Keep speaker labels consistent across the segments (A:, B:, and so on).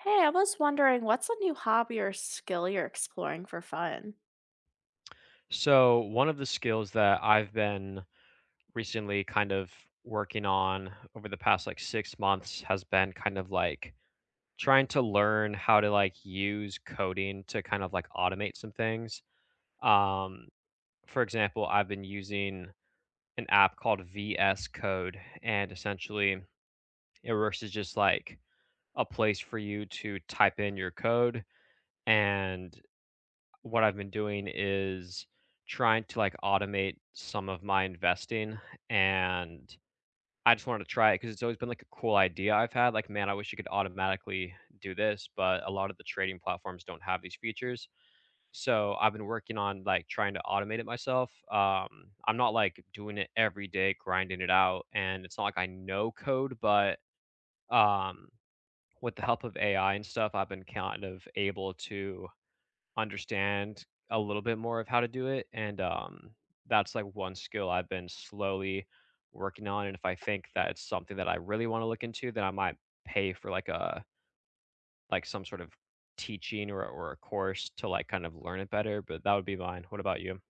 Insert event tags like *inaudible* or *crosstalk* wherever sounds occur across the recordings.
A: Hey, I was wondering, what's a new hobby or skill you're exploring for fun?
B: So, one of the skills that I've been recently kind of working on over the past like 6 months has been kind of like trying to learn how to like use coding to kind of like automate some things. Um, for example, I've been using an app called VS Code, and essentially it works as just like a place for you to type in your code and what I've been doing is trying to, like, automate some of my investing, and I just wanted to try it because it's always been, like, a cool idea I've had, like, "Man, I wish you could automatically do this," but a lot of the trading platforms don't have these features. So, I've been working on, like, trying to automate it myself. I'm not, like, doing it every day, grinding it out, and it's not like I know code, but, um, with the help of AI and stuff, I've been kind of able to understand a little bit more of how to do it, and, that's, like, one skill I've been slowly working on, and if I think that it's something that I really wanna look into, then I might pay for, like, a like, some sort of teaching or a course to, like, kind of learn it better, but that would be mine. What about you?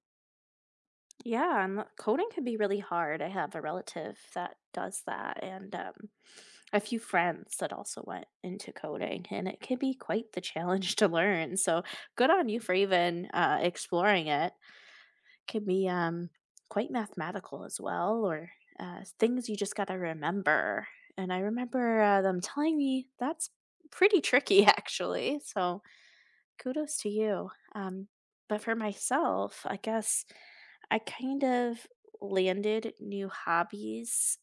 A: Yeah, and coding can be really hard. I have a relative that does that, and a few friends that also went into coding, and it can be quite the challenge *laughs* to learn. So good on you for even exploring it. Can be quite mathematical as well, or things you just got to remember. And I remember them telling me that's pretty tricky, *laughs* actually. So kudos to you. But for myself, I guess I kind of landed new hobbies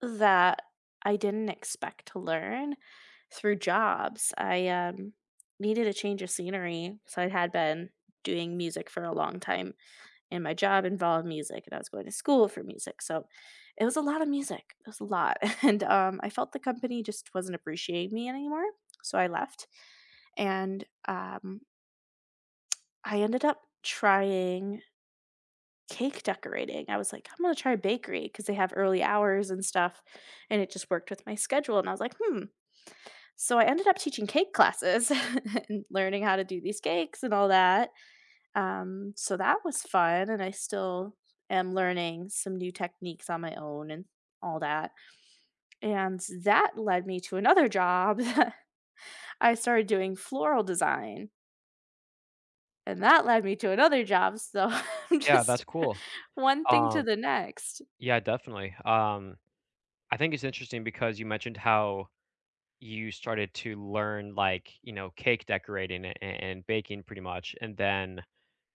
A: that I didn't expect to learn through jobs. I needed a change of scenery. So I had been doing music for a long time, and my job involved music, and I was going to school for music. So it was a lot of music. It was a lot. *laughs* And I felt the company just wasn't appreciating me anymore. So I left. And I ended up trying cake decorating. I was like, "I'm gonna try bakery because they have early hours and stuff, and it just worked with my schedule, and I was like, "Hmm." So I ended up teaching cake classes *laughs* and learning how to do these cakes and all that, so that was fun, and I still am learning some new techniques on my own and all that, and that led me to another job. *laughs* I started doing floral design. And that led me to another job, so *laughs* I'm
B: Yeah,
A: just
B: that's cool.
A: *laughs* one thing to
B: Um,
A: the next.
B: yeah, definitely. I think it's interesting because you mentioned how you started to learn, like, you know, cake decorating a and baking pretty much, and then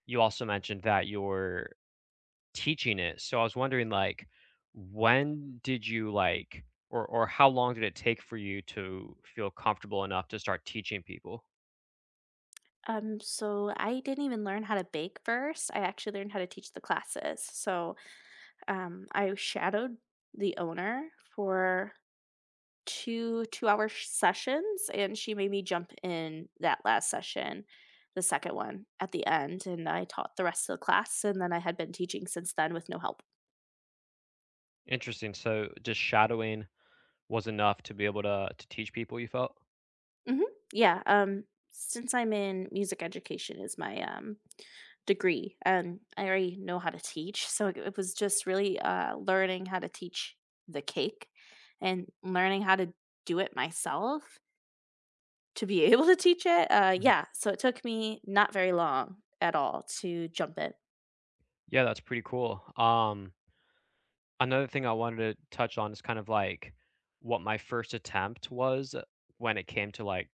B: you also mentioned that you're teaching it. So I was wondering like when did you like or how long did it take for you to feel comfortable enough to start teaching people?
A: So I didn't even learn how to bake first. I actually learned how to teach the classes. So, I shadowed the owner for two two-hour sessions, and she made me jump in that last session, the second one at the end, and I taught the rest of the class, and then I had been teaching since then with no help.
B: Interesting. So just shadowing was enough to be able to teach people you felt?
A: Mhm. Yeah, since I'm in music education is my, degree, and I already know how to teach, so it was just really, learning how to teach the cake and learning how to do it myself to be *laughs* able to teach it,
B: Mhm.
A: yeah, so it took me not very long at all to jump in.
B: Yeah, that's pretty cool. Another thing I wanted to touch on is kind of like what my first attempt was when it came to like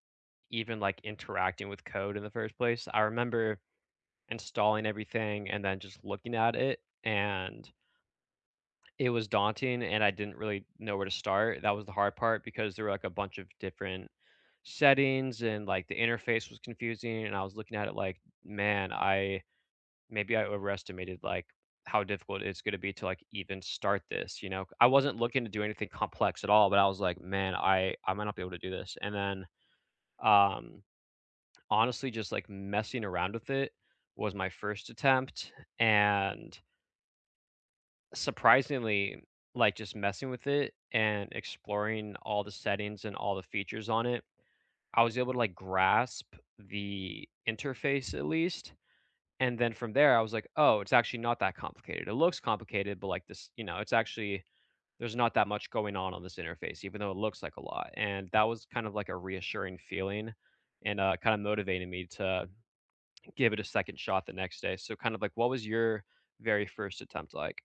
B: even like interacting with code in the first place. I remember installing everything and then just looking at it, and it was daunting, and I didn't really know where to start. That was the hard part because there were, like, a bunch of different settings and, like, the interface was confusing, and I was looking at it like, "Man, I maybe I overestimated, like, how difficult it's gonna be to, like, even start this," you know? I wasn't looking to do anything complex at all, but I was like, "Man, I might not be able to do this." And then, um, honestly, just, like, messing around with it was my first attempt, and surprisingly, like, just messing with it and exploring all the settings and all the features on it, I was able to, like, grasp the interface at least, and then from there, I was like, "Oh, it's actually not that complicated. It looks complicated, but, like, this you know, it's actually there's not that much going on this interface, even though it looks like a lot," and that was kind of like a reassuring feeling and, kinda motivated me to give it a second shot the next day. So, kind of like, what was your very first attempt like?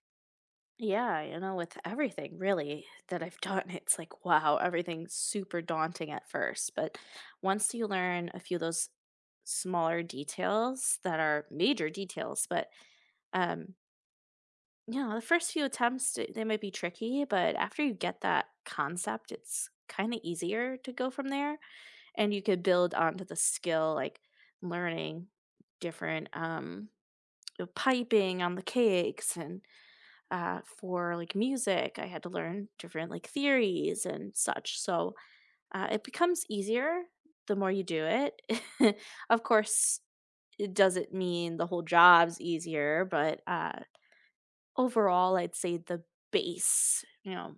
A: Yeah, you know, with everything really that I've done, it's like, wow, everything's super daunting at first. But once you learn a few of those smaller details that are major details, but um, you know, the first few attempts they might be tricky, but after you get that concept, it's kind of easier to go from there, and you could build onto the skill, like learning different piping on the cakes and for like music. I had to learn different like theories and such. So it becomes easier the more you do it. *laughs* Of course, it doesn't mean the whole job's easier, but overall, I'd say the base, you know,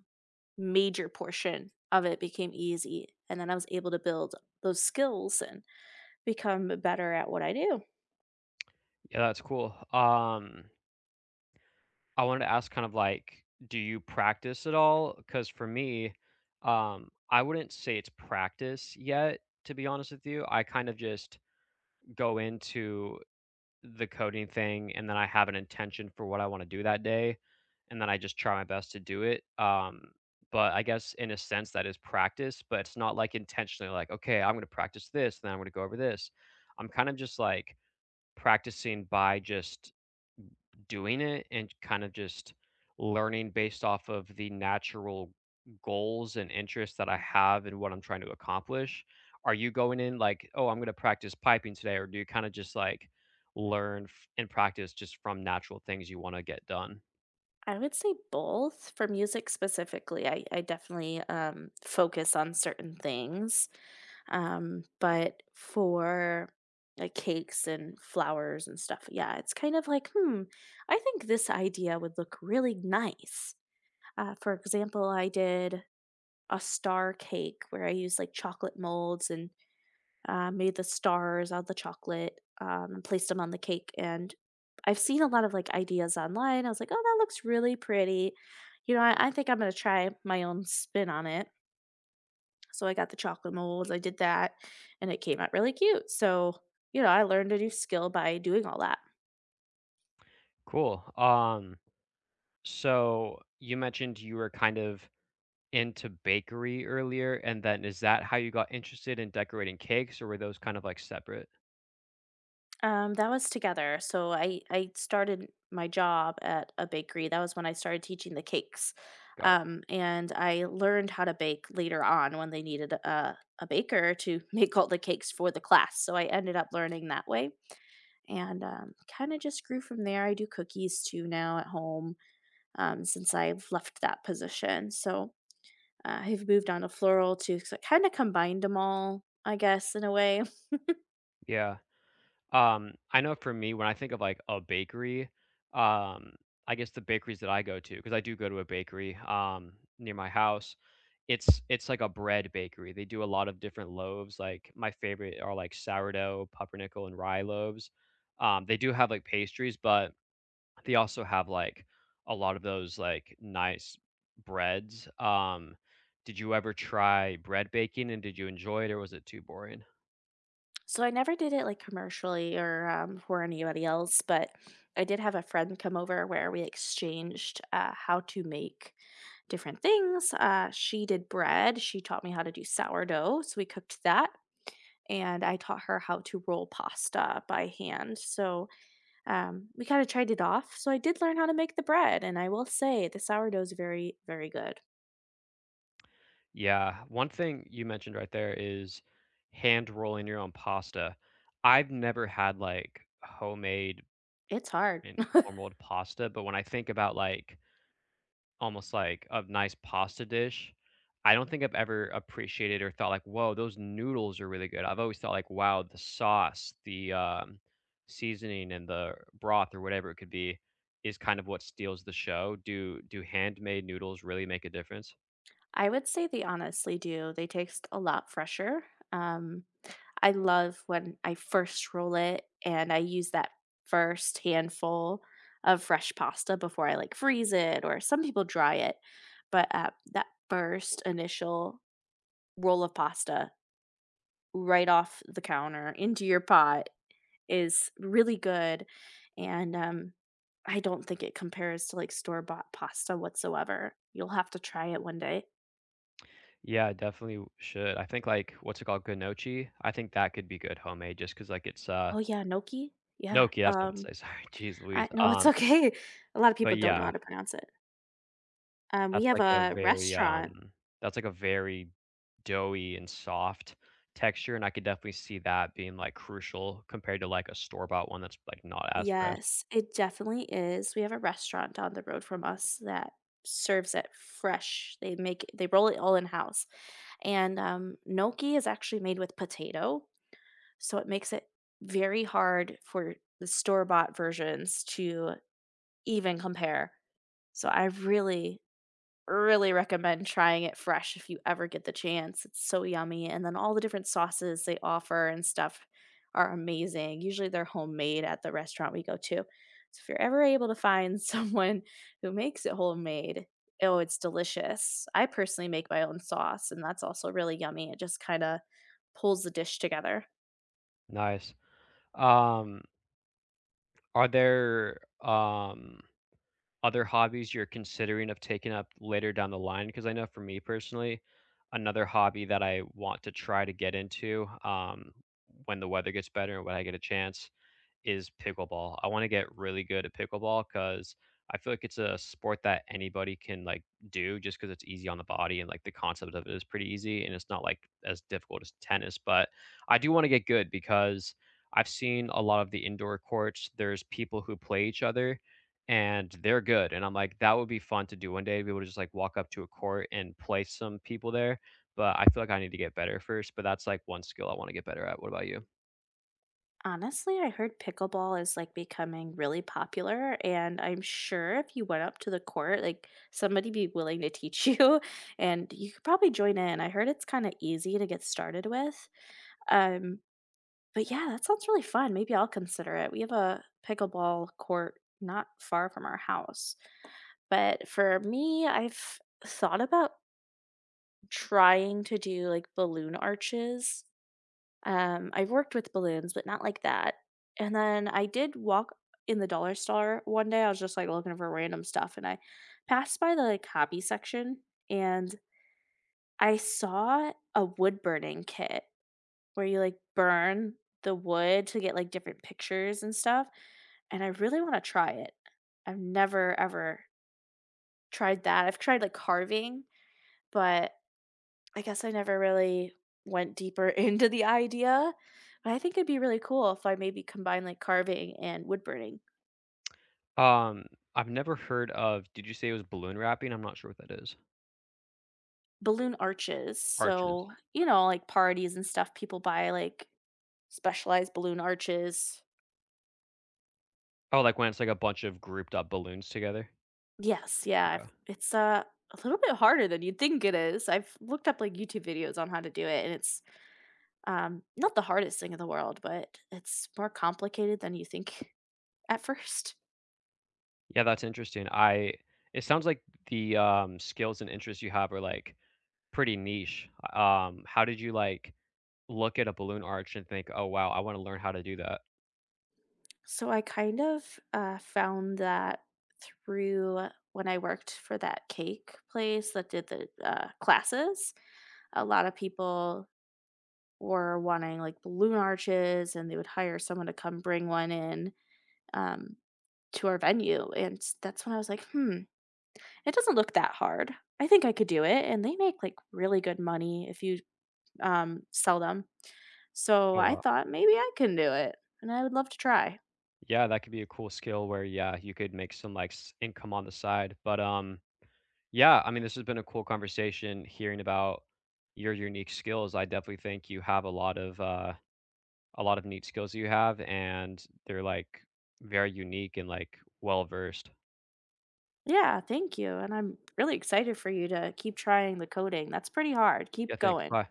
A: major portion of it became easy. And then I was able to build those skills and become better at what I do.
B: Yeah, that's cool. Um, I wanted to ask kind of like, do you practice at all? Because for me, I wouldn't say it's practice yet, to be honest with you. I kind of just go into the coding thing and then I have an intention for what I want to do that day. And then I just try my best to do it. But I guess in a sense that is practice, but it's not like intentionally like, okay, I'm going to practice this, then I'm going to go over this. I'm kind of just like practicing by just doing it and kind of just learning based off of the natural goals and interests that I have and what I'm trying to accomplish. Are you going in like, "Oh, I'm gonna practice piping today," or do you kinda just, like, learn f and practice just from natural things you wanna get done?
A: I would say both for music specifically. I definitely focus on certain things. But for like cakes and flowers and stuff, yeah, it's kind of like, hmm, I think this idea would look really nice. For example, I did a star cake where I used like chocolate molds and made the stars out of the chocolate and placed them on the cake. And I've seen a lot of like ideas online. I was like, oh, that looks really pretty. You know, I think I'm going to try my own spin on it, so I got the chocolate molds, I did that, and it came out really cute. So, you know, I learned a new skill by doing all that.
B: Cool, so you mentioned you were kind of into bakery earlier, and then is that how you got interested in decorating cakes, or were those kind of, like, separate?
A: That was together. So I started my job at a bakery. That was when I started teaching the cakes.
B: Got it.
A: And I learned how to bake later on when they needed a baker to *laughs* make all the cakes for the class. So I ended up learning that way and kind of just grew from there. I do cookies too now at home since I've left that position. So uh, I've moved on to floral too, because I kind of combined them all, I guess, in a way. *laughs* *tsk*
B: Yeah. I know for me, when I think of, like, a bakery, um, I guess the bakeries that I go to, because I do go to a bakery, near my house, it's like a bread bakery. They do a lot of different loaves, like, my favorite are, like, sourdough, pumpernickel, and rye loaves. They do have, like, pastries, but they also have, like, a lot of those, like, nice breads. Did you ever try bread baking, and did you enjoy it, or was it too boring?
A: So I never did it like commercially or for anybody else, but I did have a friend come over where we exchanged how to make different things. She did bread. She taught me how to do sourdough. So we cooked that. And I taught her how to roll pasta by hand. So we kind of tried it off. So I did learn how to make the bread. And I will say the sourdough is very, very good.
B: Yeah, one thing you mentioned right there is hand rolling your own pasta. I've never had like homemade
A: It's hard.
B: and home rolled pasta, but when I think about like almost like a nice pasta dish, I don't think I've ever appreciated or thought like, whoa, those noodles are really good. I've always thought like, wow, the sauce, the seasoning, and the broth or whatever it could be is kind of what steals the show. Do handmade noodles really make a difference?
A: I would say they honestly do. They taste a lot fresher. Um, I love when I first roll it and I use that first handful of fresh pasta before I like freeze it, or some people dry it. But that first initial roll of pasta right off the counter into your pot is really good. And I don't think it compares to like store bought pasta whatsoever. You'll have to try it one day.
B: Yeah, definitely w should. I think, like, what's it called, gnocchi? I think that could be good homemade just because like, it's,
A: Oh yeah, gnocchi? Yeah,
B: gnocchi, that's what I meant to say, *laughs* sorry, jeez Louise,
A: I no, it's okay. *laughs* A lot of
B: but
A: people don't know
B: yeah,
A: how to pronounce it. We
B: that's,
A: have
B: like, a
A: a
B: very,
A: restaurant.
B: that's, like, a very doughy and soft texture, and I could definitely see that being, like, crucial compared to, like, a store-bought one that's, like, not as fresh.
A: Yes, it definitely is. We have a restaurant down the road from us that serves it fresh. They roll it all in-house. And, gnocchi is actually made with potato, so it makes it very hard for the store-bought versions to even compare. So I really really recommend trying it fresh if you ever get the chance. It's so yummy, and then all the different sauces they offer and stuff are amazing. Usually they're homemade at the restaurant we go to. So if you're ever able to find *laughs* someone who makes it homemade, oh, it's delicious. I personally make my own sauce, and that's also really yummy. It just kind of pulls the dish together.
B: Nice. Um, are there, other hobbies you're considering of taking up later down the line? Because I know for me personally, another hobby that I want to try to get into when the weather gets better and when I get a chance is pickleball. I want to get really good at pickleball because I feel like it's a sport that anybody can like do just because it's easy on the body and like the concept of it is pretty easy and it's not like as difficult as tennis. But I do want to get good because I've seen a lot of the indoor courts. There's people who play each other and they're good. And I'm like, that would be fun to do one day to be able to just like walk up to a court and play some people there. But I feel like I need to get better first. But that's like one skill I want to get better at. What about you?
A: Honestly, I heard pickleball is like becoming really popular, and I'm sure if you went up to the court, like somebody be willing to teach you, *laughs* and you could probably join in. I heard it's kind of easy to get started with. Um, but yeah, that sounds really fun. Maybe I'll consider it. We have a pickleball court not far from our house. But for me, I've thought about trying to do like balloon arches. I've worked with balloons, but not like that. And then I did walk in the dollar store one day. I was just like looking for random stuff and I passed by the like hobby section and I saw a wood burning kit where you like burn the wood to get like different pictures and stuff. And I really want to try it. I've never ever tried that. I've tried like carving, but I guess I never really went deeper *laughs* into the idea, but I think it'd be really cool if I maybe combine like carving and wood burning.
B: Um, I've never heard of did you say it was balloon wrapping? I'm not sure what that is.
A: Balloon arches.
B: Arches.
A: So, you know, like parties and stuff, people buy like specialized balloon arches.
B: Oh, like when it's like a bunch of grouped up balloons together?
A: Yes, yeah.
B: Okay.
A: I've- It's a little bit harder than you'd think it is. I've looked up like YouTube videos on how to do it, and it's not the hardest thing in the world, but it's more complicated than you think *laughs* at first.
B: Yeah, that's interesting. I it sounds like the, skills and interests you have are, like, pretty niche. How did you, like, look at a balloon arch and think, "Oh, wow, I wanna learn how to do that."
A: So I kind of found that through when I worked for that cake place that did the classes, a lot of people were wanting like balloon arches and they would hire someone to come bring one in um, to our venue. And that's when I was like, hmm, it doesn't look that hard. I think I could do it. And they make like really good money if you sell them. So
B: Oh,
A: I
B: wow.
A: thought maybe I can do it and I would love to try.
B: Yeah, that could be a cool skill where, yeah, you could make some, like, s income on the side, but, yeah, I mean, this has been a cool conversation hearing about your unique skills. I definitely think you have a lot of neat skills you have and they're like very unique and like well versed.
A: Yeah, thank you, and I'm really excited for you to keep trying the coding. That's pretty hard.
B: Yeah,
A: Keep
B: thanks.
A: going.
B: Bye.